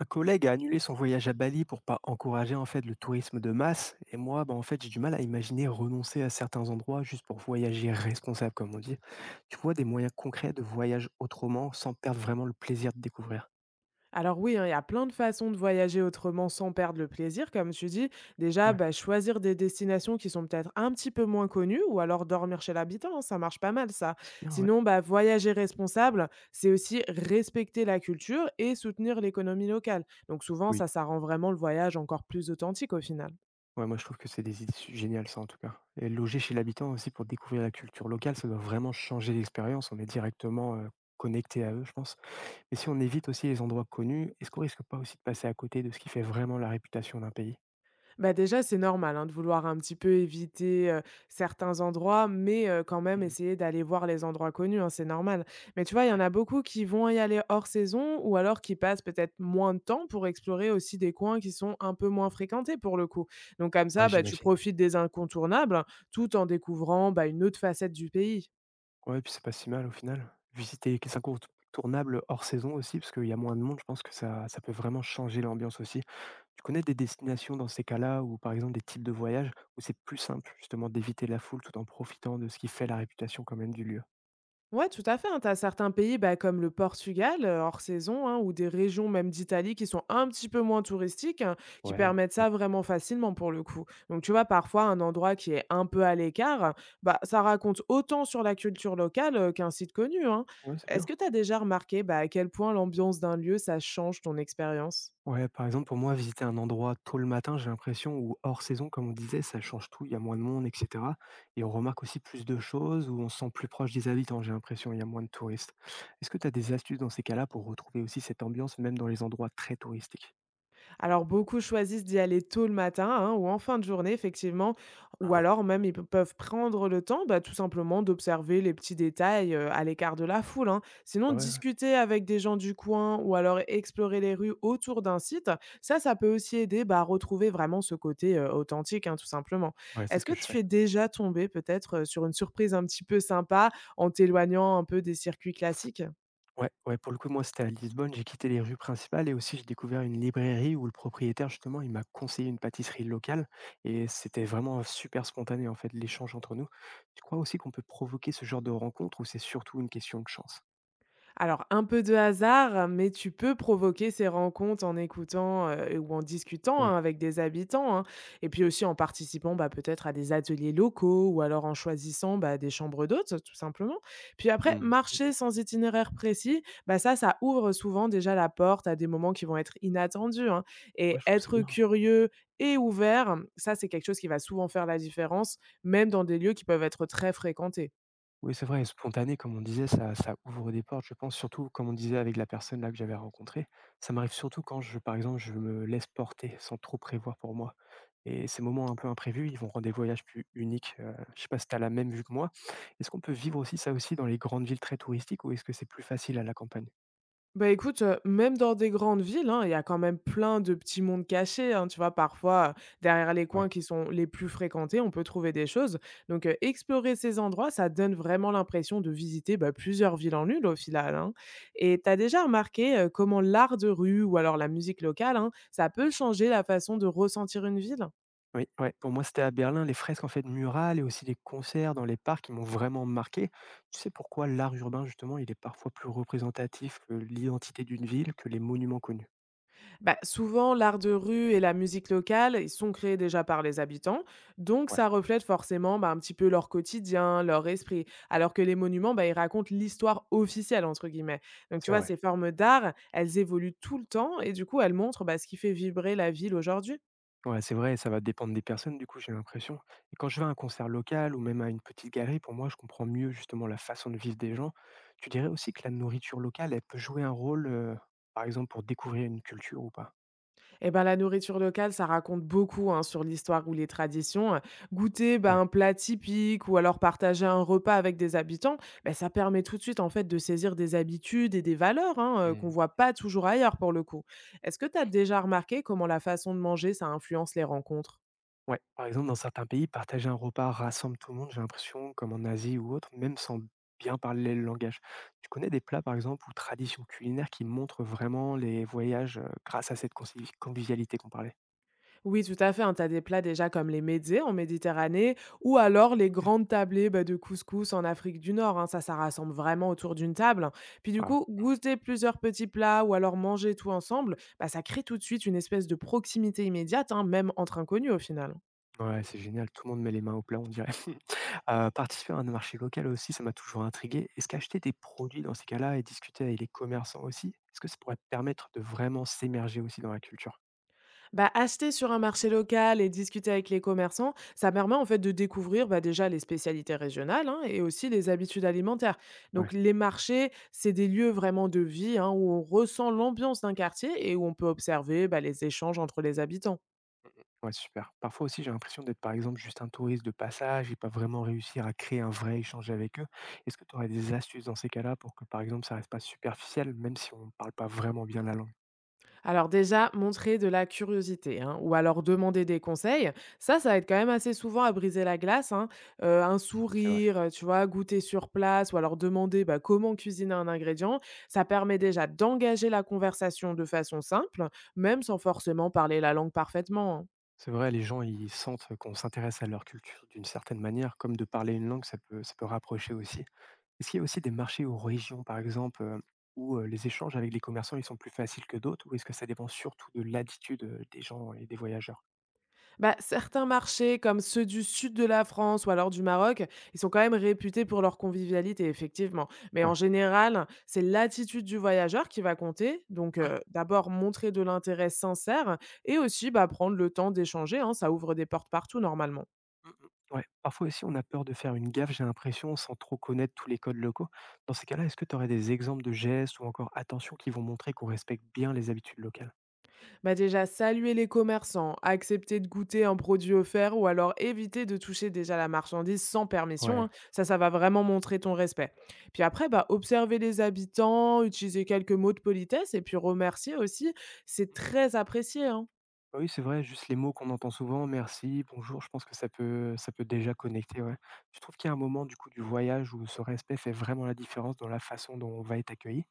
Un collègue a annulé son voyage à Bali pour pas encourager en fait le tourisme de masse. Et moi, bah, en fait, j'ai du mal à imaginer renoncer à certains endroits juste pour voyager responsable, comme on dit. Tu vois des moyens concrets de voyage autrement sans perdre vraiment le plaisir de découvrir. Alors oui, hein, il y a plein de façons de voyager autrement sans perdre le plaisir, comme tu dis. Déjà, Ouais, bah, choisir des destinations qui sont peut-être un petit peu moins connues, ou alors dormir chez l'habitant, hein, ça marche pas mal ça. c'est bien, ouais. Sinon, bah, voyager responsable, c'est aussi respecter la culture et soutenir l'économie locale. Donc souvent, Oui, ça rend vraiment le voyage encore plus authentique au final. ouais, moi je trouve que c'est des idées géniales, ça en tout cas. Et loger chez l'habitant aussi pour découvrir la culture locale, ça doit vraiment changer l'expérience. On est directement connecté à eux, je pense. Mais si on évite aussi les endroits connus, est-ce qu'on risque pas aussi de passer à côté de ce qui fait vraiment la réputation d'un pays? Bah, déjà, c'est normal, hein, de vouloir un petit peu éviter, certains endroits, mais quand même Mmh. essayer d'aller voir les endroits connus, hein, c'est normal. Mais tu vois, il y en a beaucoup qui vont y aller hors saison ou alors qui passent peut-être moins de temps pour explorer aussi des coins qui sont un peu moins fréquentés pour le coup. Donc comme Ouais, ça, bah, tu j'imagine. profites des incontournables, hein, tout en découvrant, bah, une autre facette du pays. Ouais, puis c'est pas si mal au final. Visiter qui c'est incontournable hors saison aussi, parce qu'il y a moins de monde, je pense que ça peut vraiment changer l'ambiance aussi. Tu connais des destinations dans ces cas-là, ou par exemple des types de voyages où c'est plus simple justement d'éviter la foule tout en profitant de ce qui fait la réputation quand même du lieu? Ouais, tout à fait, hein. Tu as certains pays, bah, comme le Portugal, hors saison, hein, ou des régions même d'Italie qui sont un petit peu moins touristiques, hein, qui Ouais, permettent ouais, ça vraiment facilement pour le coup. Donc tu vois, parfois un endroit qui est un peu à l'écart, bah, ça raconte autant sur la culture locale, qu'un site connu, hein. ouais, c'est Est-ce bien. que tu as déjà remarqué, bah, à quel point l'ambiance d'un lieu, ça change ton expérience? Ouais, par exemple, pour moi, visiter un endroit tôt le matin, j'ai l'impression, ou hors saison, comme on disait, ça change tout, il y a moins de monde, etc. Et on remarque aussi plus de choses, ou on se sent plus proche des habitants, j'ai l'impression, il y a moins de touristes. Est-ce que tu as des astuces dans ces cas-là pour retrouver aussi cette ambiance, même dans les endroits très touristiques? Alors beaucoup choisissent d'y aller tôt le matin, hein, ou en fin de journée, effectivement, ou Ah, alors même ils peuvent prendre le temps, bah, tout simplement d'observer les petits détails, à l'écart de la foule, hein. Sinon, bah ouais, ouais, discuter avec des gens du coin ou alors explorer les rues autour d'un site, ça peut aussi aider, bah, à retrouver vraiment ce côté authentique, hein, tout simplement. ouais, c'est Est-ce ce que que je tu fais. es déjà tombé peut-être sur une surprise un petit peu sympa en t'éloignant un peu des circuits classiques? Ouais, ouais, pour le coup, moi, c'était à Lisbonne. J'ai quitté les rues principales et aussi j'ai découvert une librairie où le propriétaire, justement, il m'a conseillé une pâtisserie locale et c'était vraiment super spontané, en fait, l'échange entre nous. Tu crois aussi qu'on peut provoquer ce genre de rencontre ou c'est surtout une question de chance? Alors, un peu de hasard, mais tu peux provoquer ces rencontres en écoutant ou en discutant, Ouais. hein, avec des habitants, hein. Et puis aussi en participant, bah, peut-être à des ateliers locaux ou alors en choisissant, bah, des chambres d'hôtes, tout simplement. Puis après, Mmh. marcher sans itinéraire précis, bah, ça ouvre souvent déjà la porte à des moments qui vont être inattendus, hein. Ouais, Et je trouve que c'est être bien. curieux et ouvert, ça, c'est quelque chose qui va souvent faire la différence, même dans des lieux qui peuvent être très fréquentés. Oui, c'est vrai, spontané, comme on disait, ça ouvre des portes, je pense, surtout, comme on disait avec la personne là que j'avais rencontrée. Ça m'arrive surtout quand je par exemple, je me laisse porter sans trop prévoir pour moi et ces moments un peu imprévus, ils vont rendre des voyages plus uniques, je sais pas si tu as la même vue que moi? Est-ce qu'on peut vivre aussi ça aussi dans les grandes villes très touristiques ou est-ce que c'est plus facile à la campagne? Bah, écoute, même dans des grandes villes, hein, il y a quand même plein de petits mondes cachés, hein. Tu vois, parfois, derrière les coins Ouais. qui sont les plus fréquentés, on peut trouver des choses. Donc, explorer ces endroits, ça donne vraiment l'impression de visiter, bah, plusieurs villes en une, au final, hein. Et tu as déjà remarqué, comment l'art de rue ou alors la musique locale, hein, ça peut changer la façon de ressentir une ville? Oui, ouais, pour moi, c'était à Berlin, les fresques, en fait, murales et aussi les concerts dans les parcs, qui m'ont vraiment marqué. Tu sais pourquoi l'art urbain, justement, il est parfois plus représentatif que l'identité d'une ville, que les monuments connus? Bah, souvent, l'art de rue et la musique locale, ils sont créés déjà par les habitants, donc Ouais, ça reflète forcément, bah, un petit peu leur quotidien, leur esprit, alors que les monuments, bah, ils racontent l'histoire officielle, entre guillemets. Donc tu c'est vois, vrai. ces formes d'art, elles évoluent tout le temps et du coup, elles montrent, bah, ce qui fait vibrer la ville aujourd'hui. Ouais, c'est vrai, ça va dépendre des personnes, du coup, j'ai l'impression. Et quand je vais à un concert local ou même à une petite galerie, pour moi, je comprends mieux justement la façon de vivre des gens. Tu dirais aussi que la nourriture locale, elle peut jouer un rôle, par exemple, pour découvrir une culture ou pas? Eh ben, la nourriture locale, ça raconte beaucoup, hein, sur l'histoire ou les traditions. Goûter, ben, Ouais. un plat typique ou alors partager un repas avec des habitants, ben, ça permet tout de suite en fait de saisir des habitudes et des valeurs, hein, qu'on Hmm. voit pas toujours ailleurs pour le coup. Est-ce que tu as déjà remarqué comment la façon de manger, ça influence les rencontres? Ouais, par exemple, dans certains pays, partager un repas rassemble tout le monde, j'ai l'impression, comme en Asie ou autre, même sans bien parler le langage. Tu connais des plats, par exemple, ou traditions culinaires qui montrent vraiment les voyages grâce à cette convivialité qu'on parlait? Oui, tout à fait, hein. Tu as des plats déjà comme les médzés en Méditerranée ou alors les grandes tablées, bah, de couscous en Afrique du Nord, hein. Ça rassemble vraiment autour d'une table. Puis du coup, goûter plusieurs petits plats ou alors manger tout ensemble, bah, ça crée tout de suite une espèce de proximité immédiate, hein, même entre inconnus au final. Ouais, c'est génial, tout le monde met les mains au plat, on dirait. Participer à un marché local aussi, ça m'a toujours intrigué. Est-ce qu'acheter des produits dans ces cas-là et discuter avec les commerçants aussi, est-ce que ça pourrait permettre de vraiment s'émerger aussi dans la culture? Bah, acheter sur un marché local et discuter avec les commerçants, ça permet en fait de découvrir, bah, déjà les spécialités régionales, hein, et aussi les habitudes alimentaires. Donc Ouais, les marchés, c'est des lieux vraiment de vie, hein, où on ressent l'ambiance d'un quartier et où on peut observer, bah, les échanges entre les habitants. ouais, super. Parfois aussi, j'ai l'impression d'être, par exemple, juste un touriste de passage et pas vraiment réussir à créer un vrai échange avec eux. Est-ce que tu aurais des astuces dans ces cas-là pour que, par exemple, ça reste pas superficiel, même si on ne parle pas vraiment bien la langue? Alors déjà, montrer de la curiosité, hein, ou alors demander des conseils, ça aide quand même assez souvent à briser la glace, hein. Un C'est vrai. sourire, tu vois, goûter sur place ou alors demander, bah, comment cuisiner un ingrédient, ça permet déjà d'engager la conversation de façon simple, même sans forcément parler la langue parfaitement, hein. C'est vrai, les gens, ils sentent qu'on s'intéresse à leur culture d'une certaine manière, comme de parler une langue, ça peut rapprocher aussi. Est-ce qu'il y a aussi des marchés ou régions, par exemple, où les échanges avec les commerçants, ils sont plus faciles que d'autres, ou est-ce que ça dépend surtout de l'attitude des gens et des voyageurs? Bah, certains marchés, comme ceux du sud de la France ou alors du Maroc, ils sont quand même réputés pour leur convivialité, effectivement. Mais en Ouais. général, c'est l'attitude du voyageur qui va compter. Donc, d'abord, montrer de l'intérêt sincère et aussi, bah, prendre le temps d'échanger, hein, ça ouvre des portes partout, normalement. Mm, mm, ouais. Parfois aussi, on a peur de faire une gaffe, j'ai l'impression, sans trop connaître tous les codes locaux. Dans ces cas-là, est-ce que tu aurais des exemples de gestes ou encore attentions qui vont montrer qu'on respecte bien les habitudes locales? Bah déjà, saluer les commerçants, accepter de goûter un produit offert ou alors éviter de toucher déjà la marchandise sans permission, hein. Ouais. Ça va vraiment montrer ton respect. Puis après, bah, observer les habitants, utiliser quelques mots de politesse et puis remercier aussi, c'est très apprécié, hein. Bah oui, c'est vrai, juste les mots qu'on entend souvent, merci, bonjour, je pense que ça peut déjà connecter, ouais. Tu trouves qu'il y a un moment du coup du voyage où ce respect fait vraiment la différence dans la façon dont on va être accueilli?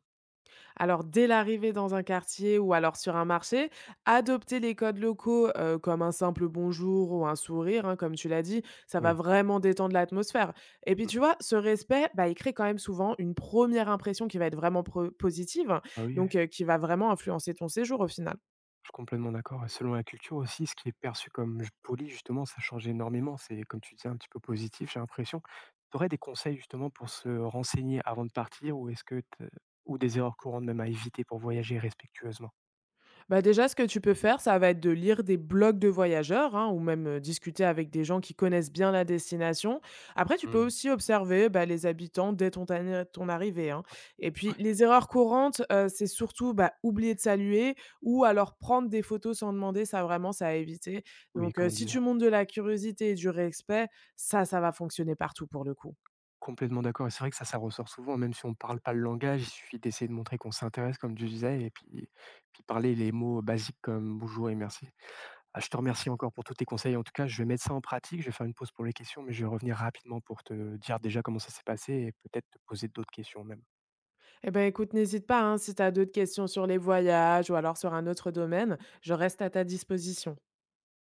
Alors, dès l'arrivée dans un quartier ou alors sur un marché, adopter les codes locaux, comme un simple bonjour ou un sourire, hein, comme tu l'as dit, ça va Oui. vraiment détendre l'atmosphère. Et puis, Mm. tu vois, ce respect, bah, il crée quand même souvent une première impression qui va être vraiment positive, hein, Ah oui, oui, donc qui va vraiment influencer ton séjour au final. je suis complètement d'accord. Et selon la culture aussi, ce qui est perçu comme poli, justement, ça change énormément. C'est, comme tu disais, un petit peu positif, j'ai l'impression. Tu aurais des conseils justement pour se renseigner avant de partir ou est-ce que t'as- ou des erreurs courantes même à éviter pour voyager respectueusement? Bah, déjà, ce que tu peux faire, ça va être de lire des blogs de voyageurs, hein, ou même discuter avec des gens qui connaissent bien la destination. Après, tu peux Mm. aussi observer, bah, les habitants dès ton arrivée, hein. Ouais. Et puis, les erreurs courantes, c'est surtout, bah, oublier de saluer ou alors prendre des photos sans demander. Ça, vraiment, ça à éviter. Oui, Donc, comme on si disait. tu montes de la curiosité et du respect, ça va fonctionner partout pour le coup. Complètement d'accord et c'est vrai que ça ressort souvent, même si on ne parle pas le langage, il suffit d'essayer de montrer qu'on s'intéresse comme tu disais et puis parler les mots basiques comme «bonjour» et «merci». Ah, je te remercie encore pour tous tes conseils. En tout cas, je vais mettre ça en pratique, je vais faire une pause pour les questions, mais je vais revenir rapidement pour te dire déjà comment ça s'est passé et peut-être te poser d'autres questions même. Eh ben, écoute, n'hésite pas, hein, si tu as d'autres questions sur les voyages ou alors sur un autre domaine. Je reste à ta disposition.